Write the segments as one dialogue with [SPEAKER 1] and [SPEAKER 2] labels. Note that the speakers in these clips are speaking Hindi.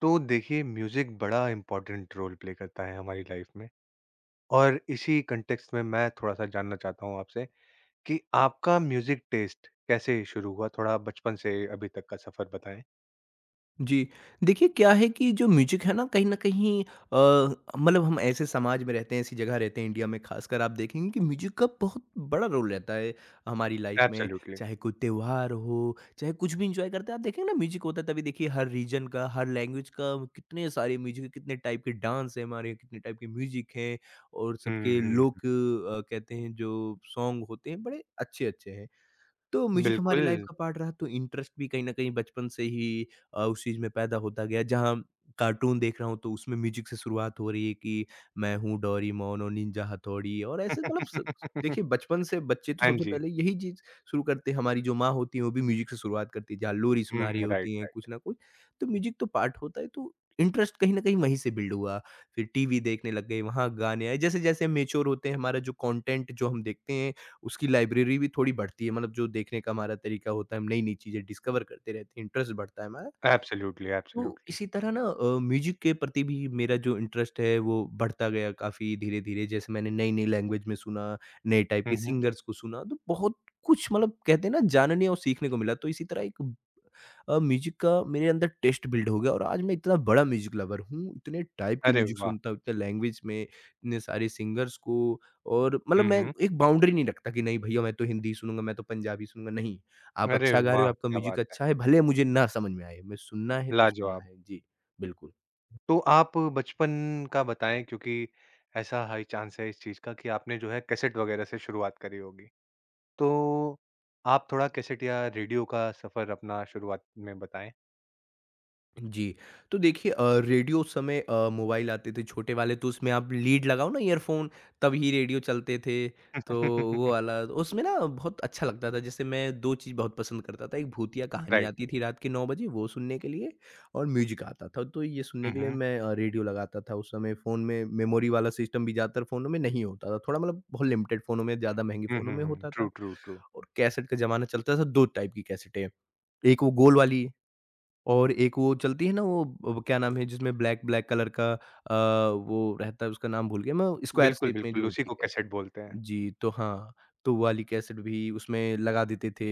[SPEAKER 1] तो देखिए म्यूज़िक बड़ा इम्पोर्टेंट रोल प्ले करता है हमारी लाइफ में। और इसी कॉन्टेक्स्ट में मैं थोड़ा-सा जानना चाहता हूँ आपसे कि आपका म्यूज़िक टेस्ट कैसे शुरू हुआ? थोड़ा बचपन से अभी तक का सफ़र बताएँ।
[SPEAKER 2] जी, देखिए क्या है कि जो म्यूज़िक है ना कहीं न कहीं मतलब हम ऐसे समाज में रहते हैं, ऐसी जगह रहते हैं इंडिया में ख़ासकर आप देखेंगे कि म्यूज़िक का बहुत बड़ा रोल रहता है हमारी लाइफ़ में।
[SPEAKER 1] एब्सोल्युटली।
[SPEAKER 2] चाहे कोई त्योहार हो, चाहे कुछ भी एन्जॉय करते हैं आप देखेंगे ना म्यूज़िक होता है तभी देखिए हर रीजन का, हर लैंग्वेज का कितने सारे म्यूज़िक कितने टाइप के डांस हैं हमारे, कितने टाइप के म्यूज़िक हैं और सबके
[SPEAKER 1] हुँ, हुँ।
[SPEAKER 2] लोक कहते हैं जो सॉन्ग होते हैं बड़े अच्छे-अच्छे हैं। तो म्यूज़िक हमारी
[SPEAKER 1] बिल्कुल।
[SPEAKER 2] लाइफ़ का पार्ट रहा तो इंटरेस्ट भी कहीं न कहीं बचपन से ही उस चीज़ में पैदा होता गया जहाँ कार्टून देख रहा हूँ तो उसमें म्यूज़िक से शुरुआत हो रही है कि मैं हूँ डोरेमोन और निंजा हथौड़ी और ऐसे मतलब स देखिए बचपन से बच्चे तो
[SPEAKER 1] हाँ
[SPEAKER 2] सबसे
[SPEAKER 1] जी।
[SPEAKER 2] पहले यही चीज़ शुरू करते हैं, हमारी जो माँ होती हैं वो भी म्यूज़िक से शुरुआत करती है, जहाँ लोरी सुना रही
[SPEAKER 1] हुँ, राइट,
[SPEAKER 2] होती हैं
[SPEAKER 1] राइट।
[SPEAKER 2] कुछ ना कुछ, तो म्यूज़िक तो पार्ट होता है तो इंटरेस्ट कहीं न कहीं वहीं से बिल्ड हुआ। फिर टीवी देखने लग गए, वहाँ गाने आए, जैसे-जैसे हम मैच्योर होते हैं हमारा जो कंटेंट जो हम देखते हैं उसकी लाइब्रेरी भी थोड़ी बढ़ती है मतलब जो देखने का हमारा तरीका होता है, हम नई-नई चीज़ें डिस्कवर करते रहते हैं, इंटरेस्ट बढ़ता है हमारा।
[SPEAKER 1] एब्सोल्युटली,
[SPEAKER 2] तो
[SPEAKER 1] एब्सोल्युटली।
[SPEAKER 2] इसी तरह ना म्यूज़िक के प्रति भी मेरा जो इंटरेस्ट है वो बढ़ता गया काफ़ी धीरे-धीरे जैसे मैंने नई-नई लैंग्वेज में सुना, नए टाइप
[SPEAKER 1] हुँ,
[SPEAKER 2] के
[SPEAKER 1] हुँ।
[SPEAKER 2] सिंगर्स को सुना, तो बहुत कुछ मतलब कहते हैं ना जानने और सीखने को मिला। तो इसी तरह एक म्यूज़िक का मेरे अंदर टेस्ट बिल्ड हो गया और आज मैं इतना बड़ा म्यूज़िक लवर हूँ, इतने टाइप के
[SPEAKER 1] अरे
[SPEAKER 2] म्यूज़िक
[SPEAKER 1] वाह!
[SPEAKER 2] सुनता हूँ, इतने लैंग्वेज में, इतने सारे सिंगर्स को और मतलब
[SPEAKER 1] हुँ,
[SPEAKER 2] मैं
[SPEAKER 1] हुँ।
[SPEAKER 2] एक बाउंड्री नहीं रखता कि नहीं भैया मैं तो हिंदी सुनूँगा, मैं तो पंजाबी सुनूँगा, नहीं। आप
[SPEAKER 1] अरे
[SPEAKER 2] अच्छा गा रहे हो,
[SPEAKER 1] वाह!
[SPEAKER 2] आपका
[SPEAKER 1] क्या
[SPEAKER 2] म्यूज़िक
[SPEAKER 1] बात है।
[SPEAKER 2] अच्छा है, भले मुझे ना समझ में आए, मैं सुनना है तो सुनना
[SPEAKER 1] लाजवाब।
[SPEAKER 2] है। जी, बिल्कुल।
[SPEAKER 1] तो आप बचपन का बताएँ क्योंकि ऐसा हाई चांस है इस चीज़ का कि आपने जो है कैसेट वगैरह से शुरुआत करी होगी। तो आप थोड़ा कैसेट या रेडियो का सफ़र अपना शुरुआत में बताएँ?
[SPEAKER 2] जी, तो देखिए रेडियो उस समय मोबाइल आते थे छोटे वाले तो उसमें आप लीड लगाओ ना ईयरफ़ोन तभी रेडियो चलते थे, तो वो वाला उसमें ना बहुत अच्छा लगता था। जैसे मैं 2 चीज़ बहुत पसंद करता था, एक भूतिया हुँ। कहानी
[SPEAKER 1] राइट।
[SPEAKER 2] आती थी रात के 9 बजे वो सुनने के लिए और म्यूज़िक आता था, तो ये सुनने
[SPEAKER 1] हुँ,
[SPEAKER 2] के लिए
[SPEAKER 1] हुँ।
[SPEAKER 2] मैं रेडियो लगाता था। उस समय फ़ोन में मेमोरी वाला सिस्टम भी ज़्यादातर फ़ोनों में नहीं होता था, थोड़ा मतलब बहुत लिमिटेड फ़ोनों में, ज़्यादा महँगे
[SPEAKER 1] हुँ,
[SPEAKER 2] फ़ोनों
[SPEAKER 1] हुँ,
[SPEAKER 2] में
[SPEAKER 1] हुँ।
[SPEAKER 2] होता था
[SPEAKER 1] ट्रू, ट्रू, ट्रू।
[SPEAKER 2] और कैसेट का ज़माना चलता था, 2 टाइप की कैसेटें, एक वो गोल वाली और एक वो चलती है ना वो ब क्या नाम है जिसमें ब्लैक ब्लैक कलर का वो रहता है उसका नाम भूल गया मैं स्क्वायर
[SPEAKER 1] बिल्कुल,
[SPEAKER 2] शेप में जो
[SPEAKER 1] बिल्कुल उसी
[SPEAKER 2] होती है
[SPEAKER 1] को
[SPEAKER 2] कैसेट।
[SPEAKER 1] कैसेट बोलते हैं।
[SPEAKER 2] जी, तो हाँ, तो वो वाली कैसेट भी उसमें लगा देते थे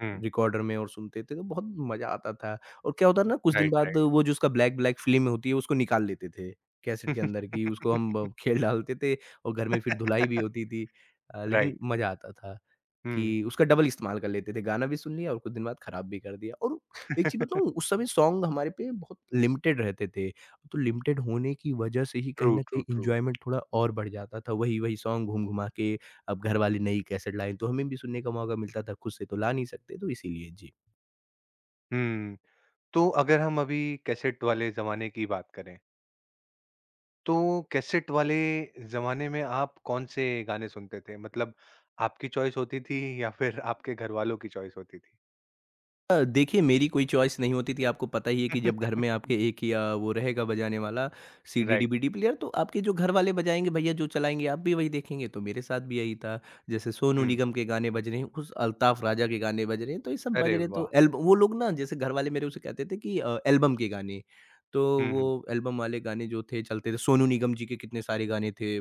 [SPEAKER 1] हुँ,
[SPEAKER 2] रिकॉर्डर में और सुनते थे तो बहुत मज़ा आता था। और क्या होता है ना कुछ दिन
[SPEAKER 1] राइट,
[SPEAKER 2] बाद
[SPEAKER 1] राइट।
[SPEAKER 2] वो जो उसका ब्लैक ब्लैक फ़िल्म होती है उसको निकाल लेते थे कैसेट के अंदर की उसको हम ब खेल डालते थे और घर में फिर धुलाई भी होती थी। लेकिन
[SPEAKER 1] राइट।
[SPEAKER 2] मज़ा आता था।
[SPEAKER 1] हुँ।
[SPEAKER 2] कि उसका डबल इस्तेमाल कर लेते थे, गाना भी सुन लिया और कुछ दिन बाद खराब भी कर दिया और एक चीज़ बताऊँ उस समय सॉन्ग हमारे पे बहुत लिमिटेड रहते थे। तो लिमिटेड होने की वजह से ही
[SPEAKER 1] ट्रू,
[SPEAKER 2] कहीं न कहीं
[SPEAKER 1] ट्रू, ट्रू।
[SPEAKER 2] एन्जॉयमेंट थोड़ा और बढ़ जाता था, वही-वही सॉन्ग घूम-घुमा के अब घर वाले नई कैसेट लाए, तो हमें भी सुनने का मौका मिलता था, खुद से तो ला नहीं सकते, तो इसीलिए। जी।
[SPEAKER 1] हुँ। तो अगर हम अभी कैसेट वाले ज़माने की बात करें, तो कैसेट वाले ज़माने में आप कौन से गाने सुनते थे? मतलब आपकी चॉइस होती थी या फिर आपके घरवालों की चॉइस होती थी?
[SPEAKER 2] देखिए मेरी कोई चॉइस नहीं होती थी, आपको पता ही है कि जब घर में आपके एक ही वो रहेगा बजाने वाला सीडी,
[SPEAKER 1] राइट।
[SPEAKER 2] डीवीडी प्लेयर तो आपके जो घर वाले बजाएँगे भैया जो चलाएँगे आप भी वही देखेंगे, तो मेरे साथ भी यही था। जैसे सोनू
[SPEAKER 1] हुँ।
[SPEAKER 2] निगम के गाने बज रहे हैं, कुछ अल्ताफ राजा के गाने बज रहे हैं, तो ये सब बज
[SPEAKER 1] अरे
[SPEAKER 2] रहे हैं तो
[SPEAKER 1] वाह!
[SPEAKER 2] एल्ब वो लोग ना जैसे घर वाले मेरे उसे कहते थे कि एल्बम के गाने, तो
[SPEAKER 1] हुँ, हुँ।
[SPEAKER 2] वो एल्बम वाले गाने जो थे चलते थे, सोनू निगम जी के कितने सारे गाने थे,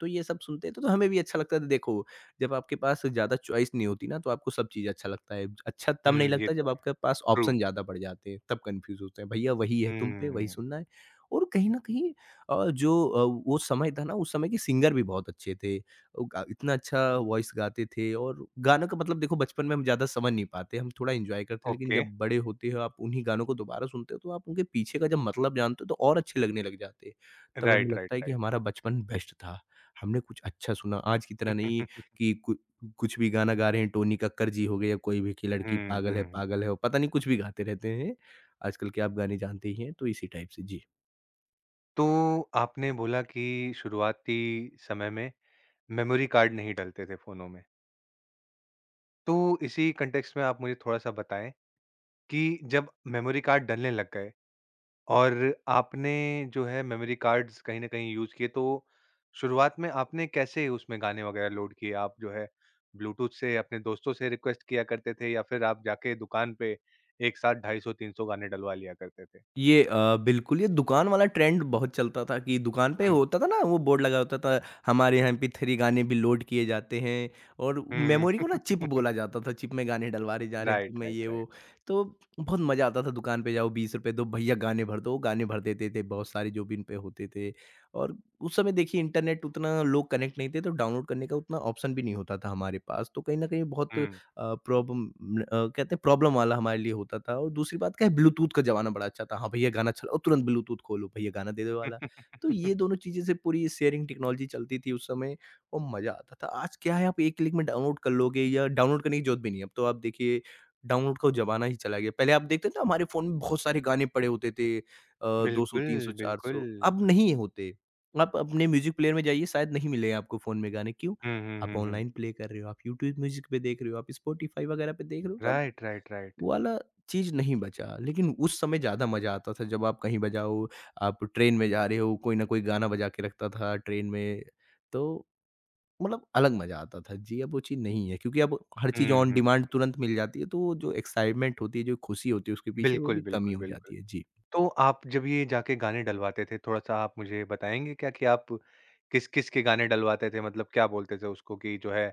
[SPEAKER 2] तो ये सब सुनते थे तो हमें भी अच्छा लगता था देखो जब आपके पास ज़्यादा चॉइस नहीं होती ना, तो आपको सब चीज़ अच्छा लगता है। अच्छा तब नहीं
[SPEAKER 1] हुँ, ये
[SPEAKER 2] लगता
[SPEAKER 1] तो
[SPEAKER 2] जब
[SPEAKER 1] है,
[SPEAKER 2] आपके पास
[SPEAKER 1] ट्रू।
[SPEAKER 2] ऑप्शन ज़्यादा बढ़ जाते हैं, तब कन्फ्यूज़ होते हैं। भैया वही है तुम पे, वही
[SPEAKER 1] हुँ।
[SPEAKER 2] सुनना है और कहीं न कहीं अ, जो अ, वो समय था ना, उस समय के सिंगर भी बहुत अच्छे थे। वो गा इतना अच्छा वॉइस गाते थे और गानों का मतलब देखो बचपन में हम ज़्यादा समझ नहीं पाते, हम थोड़ा एन्जॉय करते हैं, लेकिन
[SPEAKER 1] ओके।
[SPEAKER 2] जब बड़े होते हो, आप उन्हीं गानों को दोबारा सुनते हो, तो आप उनके पीछे का जब मतलब जानते हो, तो और अच्छे लगने लग जाते हैं। तब हमें
[SPEAKER 1] राइट,
[SPEAKER 2] लगता
[SPEAKER 1] राइट,
[SPEAKER 2] है कि
[SPEAKER 1] राइट।
[SPEAKER 2] हमारा बचपन बेस्ट था। हमने कुछ अच्छा सुना, आज की तरह नहीं कि कु कुछ भी गाना गा रहे हैं, टोनी कक्कड़ जी हो गए या कोई भी कि लड़की
[SPEAKER 1] हुँ, हुँ।
[SPEAKER 2] पागल है, और पता नहीं कुछ भी गाते रहते हैं। आजकल के आप गाने जानते ही हैं, तो इसी टाइप से। जी।
[SPEAKER 1] तो आपने बोला कि शुरुआती समय में मेमोरी कार्ड नहीं डलते थे फ़ोनों में। तो इसी कॉन्टेक्स्ट में आप मुझे थोड़ा-सा बताएँ कि जब मेमोरी कार्ड डलने लग गए और आपने जो है मेमोरी कार्ड्स कहीं न कहीं यूज़ किए, तो शुरुआत में आपने कैसे उसमें गाने वगैरह लोड किए? आप जो है ब्लूटूथ से अपने दोस्तों से रिक्वेस्ट किया करते थे या फिर आप जाके दुकान पे एक साथ 250-300 गाने डलवा लिया करते थे?
[SPEAKER 2] ये बिल्कुल, ये दुकान वाला ट्रेंड बहुत चलता था कि दुकान पे
[SPEAKER 1] हुँ,
[SPEAKER 2] होता था ना वो बोर्ड लगा होता था, हमारे यहाँ एमपी3 गाने भी लोड किए जाते हैं और
[SPEAKER 1] हुँ।
[SPEAKER 2] मेमोरी को ना चिप बोला जाता था, चिप में गाने डलवाए जा रहे हैं, चिप
[SPEAKER 1] राइट,
[SPEAKER 2] में
[SPEAKER 1] राइट,
[SPEAKER 2] ये
[SPEAKER 1] राइट।
[SPEAKER 2] वो। तो बहुत मज़ा आता था दुकान पे जाओ, ₹20 दो, भैया गाने भर दो, वो गाने भर देते थे बहुत सारे जो भी इन पे होते थे। और उस समय देखिए इंटरनेट उतना लोग कनेक्ट नहीं थे, तो डाउनलोड करने का उतना ऑप्शन भी नहीं होता था हमारे पास, तो कहीं न कहीं बहुत
[SPEAKER 1] हुँ।
[SPEAKER 2] अ, प्रॉब्लम न अ, कहते हैं प्रॉब्लम वाला हमारे लिए होता था और दूसरी बात क्या है ब्लूटूथ का ज़माना बड़ा अच्छा था। हाँ, भैया गाना चलाओ तुरंत ब्लूटूथ खोलो भैया गाना दे दो वाला। तो ये दोनों चीज़ें से पूरी शेयरिंग टेक्नोलॉजी चलती थी उस समय और मज़ा आता था। आज क्या है आप एक क्लिक में डाउनलोड कर लोगे या डाउनलोड करने की ज़रूरत भी नहीं है। अब तो आप देखिए डाउनलोड का ज़माना ही चला गया। पहले आप देखते थे हमारे फ़ोन में बहुत सारे गाने पड़े होते थे 200,
[SPEAKER 1] बिल्कुल,
[SPEAKER 2] 300,
[SPEAKER 1] बिल्कुल।
[SPEAKER 2] 400 अब नहीं होते। आप अपने म्यूज़िक प्लेयर में जाइए शायद नहीं मिले आपको फ़ोन में गाने क्यों?
[SPEAKER 1] हुँ, हुँ,
[SPEAKER 2] आप
[SPEAKER 1] हुँ, हुँ।
[SPEAKER 2] ऑनलाइन प्ले कर रहे हो, आप यूट्यूब म्यूज़िक पे देख रहे हो, आप स्पॉटिफ़ाई वगैरह पे देख रहे हो, तो अब
[SPEAKER 1] राइट, राइट, राइट।
[SPEAKER 2] वो वाला चीज़ नहीं बचा। लेकिन उस समय ज़्यादा मज़ा आता था जब आप कहीं बजाओ, आप ट्रेन में जा रहे हो, कोई ना कोई गाना बजा के रखता था ट्रेन में, तो मतलब अलग मज़ा आता था। जी, अब वो चीज़ नहीं है क्योंकि अब हर चीज़
[SPEAKER 1] हुँ,
[SPEAKER 2] ऑन
[SPEAKER 1] हुँ।
[SPEAKER 2] डिमांड तुरंत मिल जाती है, तो वो जो एक्साइटमेंट होती है, जो खुशी होती है उसके पीछे, वो
[SPEAKER 1] बिल्कुल,
[SPEAKER 2] भी कम ही
[SPEAKER 1] बिल्कुल,
[SPEAKER 2] हो
[SPEAKER 1] बिल्कुल।
[SPEAKER 2] जाती है। जी।
[SPEAKER 1] तो आप जब ये जाके गाने डलवाते थे, थोड़ा-सा आप मुझे बताएँगे क्या कि आप किस-किस के गाने डलवाते थे? मतलब क्या बोलते थे उसको कि जो है,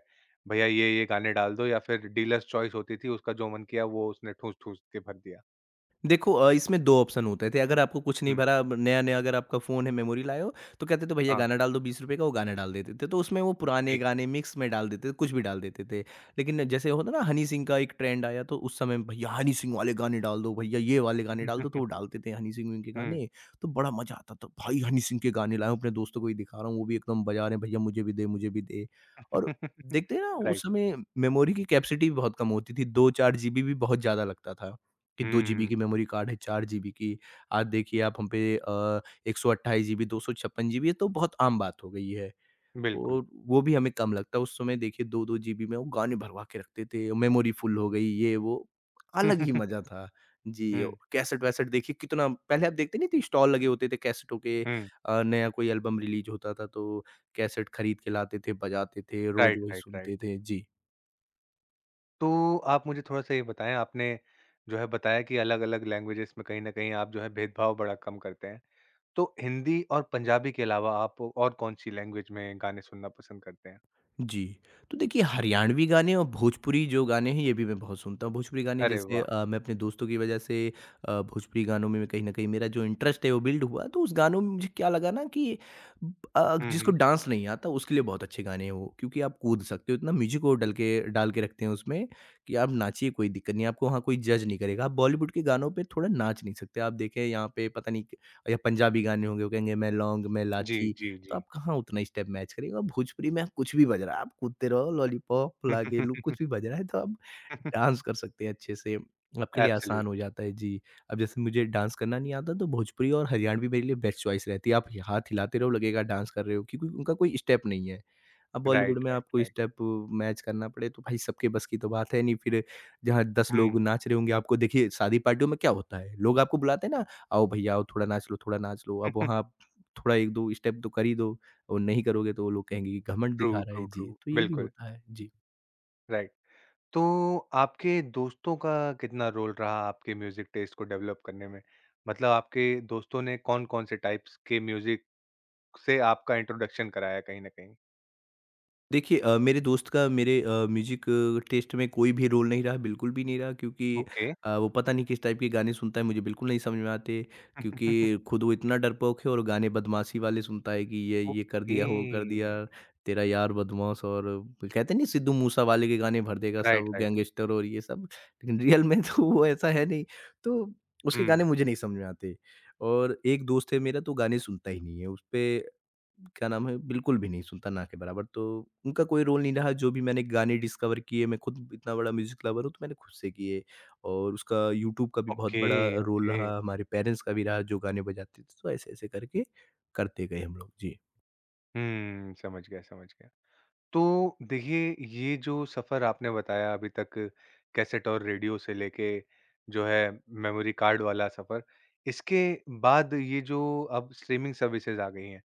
[SPEAKER 1] भैया ये-ये गाने डाल दो या फिर डीलर्स चॉइस होती थी, उसका जो मन किया वो उसने ठूँस-ठूँस के भर दिया?
[SPEAKER 2] देखो इसमें 2 ऑप्शन होते थे, अगर आपको कुछ नहीं
[SPEAKER 1] हुँ।
[SPEAKER 2] भरा अब नया-नया अगर आपका फ़ोन है, मेमोरी लाए हो, तो कहते थे भैया
[SPEAKER 1] हाँ,
[SPEAKER 2] गाना डाल दो ₹20 का, वो गाना डाल देते थे। तो उसमें वो पुराने
[SPEAKER 1] ठीक।
[SPEAKER 2] गाने मिक्स में डाल देते थे, कुछ भी डाल देते थे। लेकिन जैसे होता ना हनी सिंह का एक ट्रेंड आया, तो उस समय भैया हनी सिंह वाले गाने डाल दो, भैया ये वाले गाने डाल दो, तो वो डालते थे हनी सिंह के
[SPEAKER 1] हुँ।
[SPEAKER 2] गाने, तो बड़ा मज़ा आता था। भाई हनी सिंह के गाने लाया हूँ, अपने दोस्तों को भी दिखा रहा हूँ, वो भी एकदम बजा रहे हैं, भैया मुझे भी दे, मुझे भी दे। और देखते हैं ना उस
[SPEAKER 1] राइट।
[SPEAKER 2] समय मेमोरी की कैपेसिटी भी बहुत कम होती थी, 2-4 जीबी भी बहुत ज़्यादा लगता था। कि 2 जीबी
[SPEAKER 1] हुँ,
[SPEAKER 2] की मेमोरी कार्ड है, 4 जीबी की। आज देखिए आप हम पे 128 जीबी, 256 जीबी ये तो बहुत आम बात हो गई है।
[SPEAKER 1] बिल्कुल।
[SPEAKER 2] और वो भी हमें कम लगता है, उस समय देखिए 2-2 जीबी में वो गाने भरवा के रखते थे, मेमोरी फुल हो गई, ये वो। अलग ही मज़ा था। जी, और
[SPEAKER 1] हुँ,
[SPEAKER 2] कैसेट-वैसेट देखिए कितना पहले आप देखते नहीं थे स्टॉल लगे होते थे कैसेटों के
[SPEAKER 1] हुँ।
[SPEAKER 2] नया कोई एल्बम रिलीज़ होता था तो कैसेट खरीद के लाते थे, बजाते थे, रोज़
[SPEAKER 1] राइट,
[SPEAKER 2] वही
[SPEAKER 1] राइट,
[SPEAKER 2] सुनते
[SPEAKER 1] राइट।
[SPEAKER 2] थे। जी।
[SPEAKER 1] तो आप मुझे थोड़ा-सा ये बताएँ, आपने जो है बताया कि अलग-अलग लैंग्वेजेज़ में कहीं न कहीं आप जो है भेदभाव बड़ा कम करते हैं। तो हिंदी और पंजाबी के अलावा आप और कौन-सी लैंग्वेज में गाने सुनना पसंद करते हैं?
[SPEAKER 2] जी। तो देखिए हरियाणवी गाने और भोजपुरी जो गाने हैं ये भी मैं बहुत सुनता हूँ। भोजपुरी गाने
[SPEAKER 1] अरे
[SPEAKER 2] जैसे
[SPEAKER 1] वाह!
[SPEAKER 2] मैं अपने दोस्तों की वज़ह से भोजपुरी गानों में कहीं न कहीं मेरा जो इंटरेस्ट है वो बिल्ड हुआ। तो उस गानों में मुझे क्या लगा ना कि
[SPEAKER 1] हुँ,
[SPEAKER 2] जिसको
[SPEAKER 1] हुँ।
[SPEAKER 2] डांस नहीं आता उसके लिए बहुत अच्छे गाने हैं वो। क्योंकि आप कूद सकते हो इतना म्यूज़िक वो डल के डाल के रखते हैं उसमें कि आप नाचिए कोई दिक्कत नहीं है, आपको वहाँ कोई जज नहीं करेगा। आप बॉलीवुड के गानों पे थोड़ा नाच नहीं सकते। आप देखें यहाँ पे पता नहीं क या पंजाबी गाने होंगे वो कहेंगे मैं लौंग, मैं
[SPEAKER 1] जी,
[SPEAKER 2] इलायची।
[SPEAKER 1] जी,
[SPEAKER 2] तो
[SPEAKER 1] जी।
[SPEAKER 2] आप कहाँ उतना स्टेप मैच करेंगे और भोजपुरी में आप कुछ भी बज रहा है, आप कूदते रहो, लॉलीपॉप, लागे-लू कुछ भी बज रहा है तो आप डांस कर सकते हैं अच्छे से, आपके लिए आसान हो
[SPEAKER 1] एब्सोल्युटली।
[SPEAKER 2] जाता है। जी, अब जैसे मुझे डांस करना नहीं आता तो भोजपुरी और हरियाणवी मेरे लिए बेस्ट चॉइस रहती है। आप हाथ हिलाते रहो लगेगा डांस कर रहे हो क्योंकि उनका कोई स्टेप नहीं है। अब बॉलीवुड
[SPEAKER 1] राइट,
[SPEAKER 2] में
[SPEAKER 1] राइट,
[SPEAKER 2] आपको
[SPEAKER 1] राइट।
[SPEAKER 2] स्टेप मैच करना पड़े तो भाई सबके बस की तो बात है नहीं, फिर जहाँ 10 लोग
[SPEAKER 1] हुँ।
[SPEAKER 2] नाच रहे होंगे आपको देखिए शादी पार्टियों में क्या होता है, लोग आपको बुलाते हैं ना, आओ भैया आओ थोड़ा नाच लो, अब वहाँ थोड़ा 1-2 स्टेप तो कर ही दो और नहीं करोगे तो वो लोग कहेंगे कि घमंड
[SPEAKER 1] ट्रू,
[SPEAKER 2] दिखा रहा है।
[SPEAKER 1] True, true.
[SPEAKER 2] जी, तो ये भी
[SPEAKER 1] बिल्कुल,
[SPEAKER 2] होता है। जी।
[SPEAKER 1] राइट। तो आपके दोस्तों का कितना रोल रहा आपके म्यूज़िक टेस्ट को डेवलप करने में? मतलब आपके दोस्तों ने कौन-कौन से टाइप्स के म्यूज़िक से आपका इंट्रोडक्शन कराया कहीं न कहीं?
[SPEAKER 2] देखिए मेरे दोस्त का मेरे म्यूज़िक टेस्ट में कोई भी रोल नहीं रहा, बिल्कुल भी नहीं रहा क्योंकि
[SPEAKER 1] ओके।
[SPEAKER 2] वो पता नहीं किस टाइप के गाने सुनता है, मुझे बिल्कुल नहीं समझ में आते क्योंकि खुद वो इतना डरपोक है और गाने बदमाशी वाले सुनता है कि ये कर
[SPEAKER 1] ओके।
[SPEAKER 2] दिया, वो कर दिया, तेरा यार बदमाश और कहते नहीं सिद्धू मूसा वाले के गाने भर देगा
[SPEAKER 1] राइट,
[SPEAKER 2] सब
[SPEAKER 1] राइट।
[SPEAKER 2] गैंगस्टर और ये सब, लेकिन रियल में तो वो ऐसा है नहीं। तो उसके गाने
[SPEAKER 1] हुँ।
[SPEAKER 2] मुझे नहीं समझ में आते और एक दोस्त है मेरा तो गाने सुनता ही नहीं है, उसपे क्या नाम है? बिल्कुल भी नहीं, सुल्ताना के बराबर। तो उनका कोई रोल नहीं रहा, जो भी मैंने गाने डिस्कवर किए, मैं खुद इतना बड़ा म्यूज़िक लवर हूँ, तो मैंने खुद से किए और उसका यूट्यूब का भी बहुत
[SPEAKER 1] ओके,
[SPEAKER 2] बड़ा रोल
[SPEAKER 1] ओके।
[SPEAKER 2] रहा, हमारे पेरेंट्स का भी रहा, जो गाने बजाते थे। तो ऐसे-ऐसे करके करते गए हम लोग। जी।
[SPEAKER 1] हुँ, समझ गया, समझ गया। तो देखिए, ये जो सफ़र आपने बताया अभी तक कैसेट और रेडियो से लेके जो है मेमोरी कार्ड वाला सफ़र, इसके बाद ये जो अब स्ट्रीमिंग सर्विसेज़ आ गई हैं,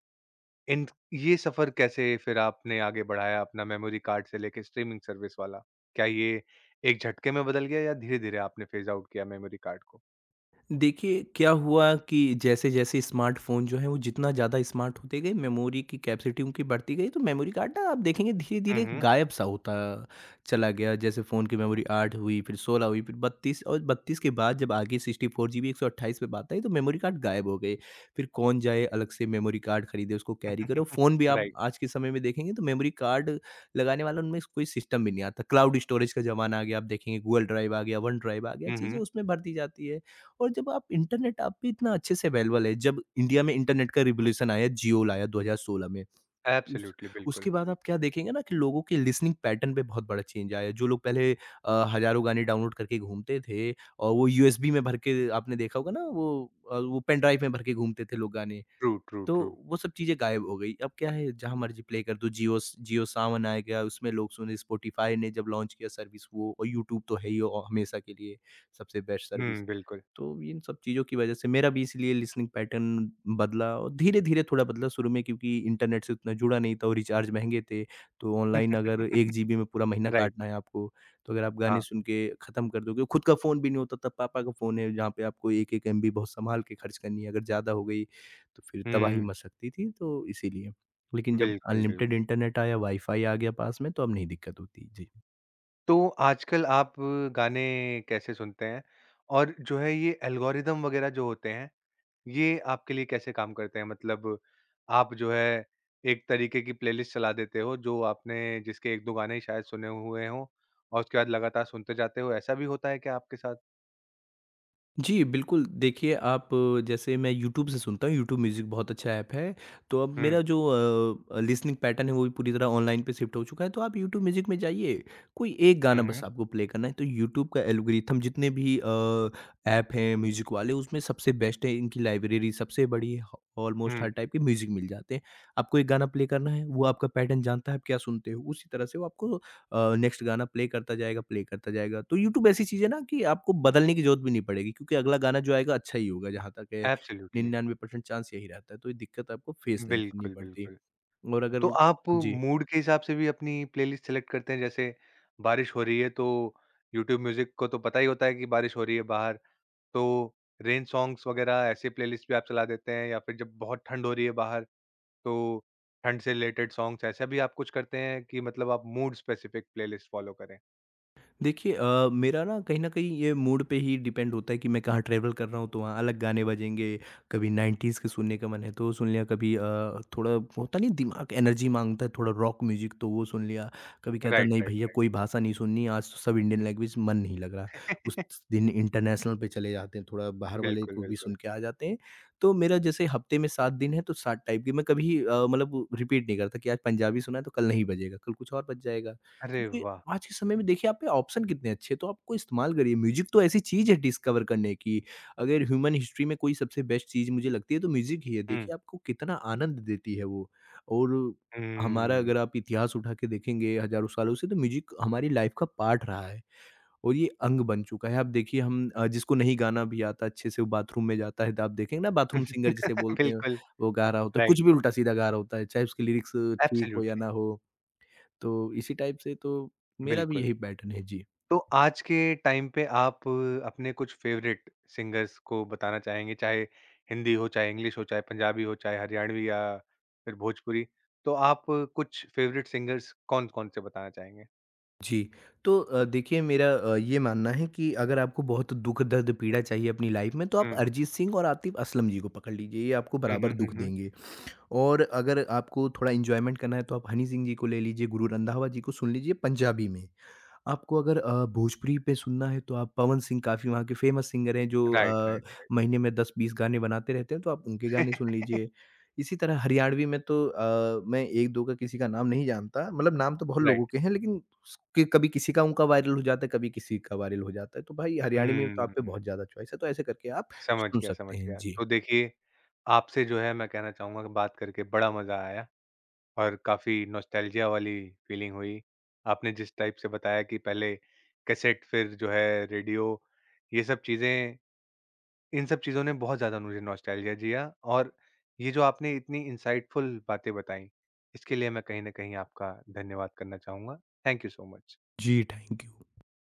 [SPEAKER 1] इन ये सफ़र कैसे फिर आपने आगे बढ़ाया अपना मेमोरी कार्ड से लेके स्ट्रीमिंग सर्विस वाला? क्या ये एक झटके में बदल गया या धीरे-धीरे आपने फ़ेज़ आउट किया मेमोरी कार्ड को?
[SPEAKER 2] देखिए, क्या हुआ कि जैसे-जैसे स्मार्टफ़ोन जो है वो जितना ज़्यादा स्मार्ट होते गए, मेमोरी की कैपेसिटी उनकी बढ़ती गई, तो मेमोरी कार्ड ना आप देखेंगे
[SPEAKER 1] हुँ,
[SPEAKER 2] धीरे-धीरे
[SPEAKER 1] हुँ।
[SPEAKER 2] गायब-सा होता चला गया। जैसे फ़ोन की मेमोरी 8 हुई, फिर 16 हुई, फिर 32 और 32 के बाद जब आगे 64 जीबी, 128 पे बात आई, तो मेमोरी कार्ड गायब हो गए। फिर कौन जाए अलग से मेमोरी कार्ड खरीदे, उसको कैरी करो। फ़ोन भी आप
[SPEAKER 1] राइट।
[SPEAKER 2] आज के समय में देखेंगे तो मेमोरी कार्ड लगाने वाला उनमें कोई सिस्टम भी नहीं आता। क्लाउड स्टोरेज का ज़माना आ गया, आप देखेंगे गूगल ड्राइव आ गया, वन ड्राइव आ गया,
[SPEAKER 1] हुँ,
[SPEAKER 2] चीज़ें
[SPEAKER 1] हुँ।
[SPEAKER 2] उसमें भर दी जाती है। और जब आप इंटरनेट आप पे इतना अच्छे से अवेलेबल है, जब इंडिया में इंटरनेट का रिवॉल्यूशन आया, जियो लाया 2016 में। उस
[SPEAKER 1] एब्सोल्यूटली,
[SPEAKER 2] उसके
[SPEAKER 1] बिल्कुल।
[SPEAKER 2] बाद आप क्या देखेंगे ना कि लोगों के लिसनिंग पैटर्न पे बहुत बड़ा चेंज आया है। जो लोग पहले हज़ारों गाने डाउनलोड करके घूमते थे और वो यूएसबी में भर के आपने देखा होगा ना वो वो पेन ड्राइव में भर के घूमते थे लोग गाने।
[SPEAKER 1] ट्रू, ट्रू,
[SPEAKER 2] तो
[SPEAKER 1] ट्रू।
[SPEAKER 2] वो सब चीज़ें गायब हो गई। अब क्या है जहाँ मर्ज़ी प्ले कर दो जियो सावन आ गया उसमें लोग सुने, स्पॉटिफ़ाई ने जब लॉन्च किया सर्विस वो और यूट्यूब तो है ही औ हमेशा के लिए सबसे बेस्ट सर्विस।
[SPEAKER 1] हुँ, बिल्कुल।
[SPEAKER 2] तो इन सब चीज़ों की वज़ह से मेरा भी इसलिए लिसनिंग पैटर्न बदला और धीरे-धीरे थोड़ा बदला शुरू में क्योंकि इंटरनेट से उतना जुड़ा नहीं था और रिचार्ज महँगे थे। तो ऑनलाइन अगर 1 जीबी में पूरा महीना
[SPEAKER 1] राइट।
[SPEAKER 2] काटना है आपको, तो अगर आप गाने
[SPEAKER 1] हाँ।
[SPEAKER 2] सुन के ख़त्म कर दोगे खुद का फ़ोन भी नहीं होता था, पापा का फ़ोन है जहाँ पे आपको 1-1 एमबी बहुत सँभाल के खर्च करनी है, अगर ज़्यादा हो गई तो फिर तबाही
[SPEAKER 1] हुँ,
[SPEAKER 2] मच सकती थी तो इसीलिए। लेकिन जब
[SPEAKER 1] बिल्कुल,
[SPEAKER 2] अनलिमिटेड
[SPEAKER 1] बिल्कुल।
[SPEAKER 2] इंटरनेट आया, वाईफ़ाई आ गया पास में तो अब नहीं दिक्कत होती। जी।
[SPEAKER 1] तो आजकल आप गाने कैसे सुनते हैं? और जो है ये एल्गोरिदम वगैरह जो होते हैं, ये आपके लिए कैसे काम करते हैं? मतलब आप जो है एक तरीके की प्लेलिस्ट चला देते हो जो आपने, जिसके 1-2 गाने ही शायद सुने हुए हों, और उसके बाद लगातार सुनते जाते हो, ऐसा भी होता है क्या आपके साथ?
[SPEAKER 2] जी, बिल्कुल। देखिए, आप जैसे मैं यूट्यूब से सुनता हूँ, यूट्यूब म्यूज़िक बहुत अच्छा ऐप है। तो अब
[SPEAKER 1] हुँ,
[SPEAKER 2] मेरा जो लिसनिंग पैटर्न है, वो भी पूरी तरह ऑनलाइन पे शिफ्ट हो चुका है। तो आप यूट्यूब म्यूज़िक में जाइए, कोई एक
[SPEAKER 1] हुँ,
[SPEAKER 2] गाना बस
[SPEAKER 1] हुँ,
[SPEAKER 2] आपको प्ले करना है। तो यूट्यूब का एल्गोरिथम जितने भी ऐप हैं म्यूज़िक वाले, उसमें सबसे बेस्ट है, इनकी लाइब्रेरी सबसे बड़ी है। ऑलमोस्ट हर
[SPEAKER 1] हुँ,
[SPEAKER 2] टाइप के म्यूज़िक मिल जाते हैं। आपको एक गाना प्ले करना है, वो आपका पैटर्न जानता है, आप क्या सुनते हो। उसी तरह से वो आपको नेक्स्ट गाना प्ले करता जाएगा, प्ले करता जाएगा। तो यूट्यूब ऐसी चीज़ है ना कि आपको बदलने की ज़रूरत भी नहीं पड़ेगी क्योंकि अगला गाना जो आएगा अच्छा ही होगा जहाँ तक है,
[SPEAKER 1] एब्सोल्यूटली,
[SPEAKER 2] 99% चांस यही रहता है। तो ये दिक्कत आपको फेस नहीं करनी
[SPEAKER 1] बिल्कुल,
[SPEAKER 2] पड़ती
[SPEAKER 1] बिल्कुल।
[SPEAKER 2] और
[SPEAKER 1] तो
[SPEAKER 2] अगर
[SPEAKER 1] आप
[SPEAKER 2] जी।
[SPEAKER 1] मूड के हिसाब से भी अपनी प्लेलिस्ट सेलेक्ट करते हैं? जैसे बारिश हो रही है, तो यूट्यूब म्यूजिक को तो पता ही होता है कि बारिश हो रही है बाहर, तो रेन सॉन्ग्स वगैरह ऐसे प्लेलिस्ट भी आप चला देते हैं? या फिर जब बहुत ठंड हो रही है बाहर, तो ठंड से रिलेटेड सॉन्ग्स, ऐसा भी आप कुछ करते हैं कि मतलब आप मूड स्पेसिफिक प्लेलिस्ट फॉलो करें?
[SPEAKER 2] देखिए मेरा ना कहीं न कहीं ये मूड पे ही डिपेंड होता है कि मैं कहाँ ट्रैवल कर रहा हूँ, तो वहाँ अलग गाने बजेंगे। कभी 90s के सुनने का मन है तो सुन लिया, कभी थोड़ा होता नहीं दिमाग एनर्जी माँगता है थोड़ा रॉक म्यूज़िक तो वो सुन लिया। कभी कहता
[SPEAKER 1] राइट,
[SPEAKER 2] नहीं
[SPEAKER 1] राइट,
[SPEAKER 2] भैया
[SPEAKER 1] राइट।
[SPEAKER 2] कोई भाषा नहीं सुननी, आज तो सब इंडियन लैंग्वेज मन नहीं लग रहा। उस दिन इंटरनेशनल पे चले जाते हैं, थोड़ा बाहर वाले
[SPEAKER 1] बिल्कुल,
[SPEAKER 2] को भी सुन
[SPEAKER 1] बिल्कुल।
[SPEAKER 2] के आ जाते हैं। तो मेरा जैसे हफ्ते में 7 दिन है तो 7 टाइप के मैं कभी मतलब रिपीट नहीं करता कि आज पंजाबी सुना है तो कल नहीं बजेगा, कल कुछ और बज जाएगा।
[SPEAKER 1] अरे
[SPEAKER 2] क्योंकि
[SPEAKER 1] वाह।
[SPEAKER 2] आज के समय में देखिए आप पे ऑप्शन कितने अच्छे हैं, तो आपको इस्तेमाल करिए। म्यूज़िक तो ऐसी चीज़ है डिस्कवर करने की, अगर ह्यूमन हिस्ट्री में कोई सबसे बेस्ट चीज़ मुझे लगती है तो म्यूज़िक ही है।
[SPEAKER 1] हम्म।
[SPEAKER 2] देखिए आपको कितना आनंद देती है वो और हमारा
[SPEAKER 1] हम्म।
[SPEAKER 2] अगर आप इतिहास उठा के देखेंगे हज़ारों सालों से तो म्यूज़िक हमारी लाइफ़ का पार्ट रहा है और ये अंग बन चुका है। आप देखिए हम जिसको नहीं गाना भी आता अच्छे से वो बाथरूम में जाता है तो आप देखेंगे ना बाथरूम सिंगर जिसे बोलते हैं,
[SPEAKER 1] बिल्कुल।
[SPEAKER 2] वो गा रहा होता है,
[SPEAKER 1] राइट।
[SPEAKER 2] कुछ भी उल्टा-सीधा गा रहा होता है, चाहे उसकी लिरिक्स ठीक हो या ना
[SPEAKER 1] एब्सोल्युटली।
[SPEAKER 2] हो। तो इसी टाइप से तो मेरा भी
[SPEAKER 1] बिल्कुल।
[SPEAKER 2] यही पैटर्न है। जी।
[SPEAKER 1] तो आज के टाइम पे आप अपने कुछ फेवरेट सिंगर्स को बताना चाहेंगे, चाहे हिंदी हो, चाहे इंग्लिश हो, चाहे पंजाबी हो, चाहे हरियाणवी या फिर भोजपुरी। तो आप कुछ फेवरेट सिंगर्स कौन-कौन से बताना चाहेंगे?
[SPEAKER 2] जी। तो देखिए मेरा ये मानना है कि अगर आपको बहुत दुःख दर्द पीड़ा चाहिए अपनी लाइफ़ में तो आप
[SPEAKER 1] हुँ।
[SPEAKER 2] अरिजीत सिंह और आतिफ़ असलम जी को पकड़ लीजिए, ये आपको
[SPEAKER 1] हुँ,
[SPEAKER 2] बराबर
[SPEAKER 1] हुँ,
[SPEAKER 2] दुःख
[SPEAKER 1] हुँ, हुँ।
[SPEAKER 2] देंगे। और अगर आपको थोड़ा एन्जॉयमेंट करना है तो आप हनी सिंह जी को ले लीजिए, गुरु रंधावा जी को सुन लीजिए पंजाबी में। आपको अगर भोजपुरी पे सुनना है तो आप पवन सिंह काफ़ी वहाँ के फ़ेमस सिंगर हैं जो
[SPEAKER 1] राइट, राइट।
[SPEAKER 2] महीने में 10-20 गाने बनाते रहते हैं तो आप उनके गाने सुन लीजिए। इसी तरह हरियाणवी में तो मैं 1-2 का किसी का नाम नहीं जानता मतलब नाम तो बहुत लोगों
[SPEAKER 1] राइट।
[SPEAKER 2] के हैं लेकिन स कि कभी किसी का उनका वायरल हो जाता है, कभी किसी का वायरल हो जाता है। तो भाई हरियाणवी में तो आप पे
[SPEAKER 1] हुँ।
[SPEAKER 2] बहुत ज़्यादा चॉइस है तो ऐसे करके आप
[SPEAKER 1] समझ
[SPEAKER 2] सुन
[SPEAKER 1] गया,
[SPEAKER 2] सकते
[SPEAKER 1] समझ
[SPEAKER 2] हैं।
[SPEAKER 1] गया।
[SPEAKER 2] जी।
[SPEAKER 1] तो देखिए, आपसे जो है मैं कहना चाहूँगा कि बात करके बड़ा मज़ा आया। और काफ़ी नॉस्टैल्जिया वाली फीलिंग हुई। आपने जिस टाइप से बताया कि पहले कैसेट फिर जो है रेडियो, ये सब चीज़ें, इन सब चीज़ों ने बहुत ज़्यादा मुझे नॉस्टैल्जिया दिया। और ये जो आपने इतनी इनसाइटफुल बातें बताई, इसके लिए मैं कहीं न कहीं आपका धन्यवाद करना चाहूँगा। Thank you so much.
[SPEAKER 2] जी, थैंक यू।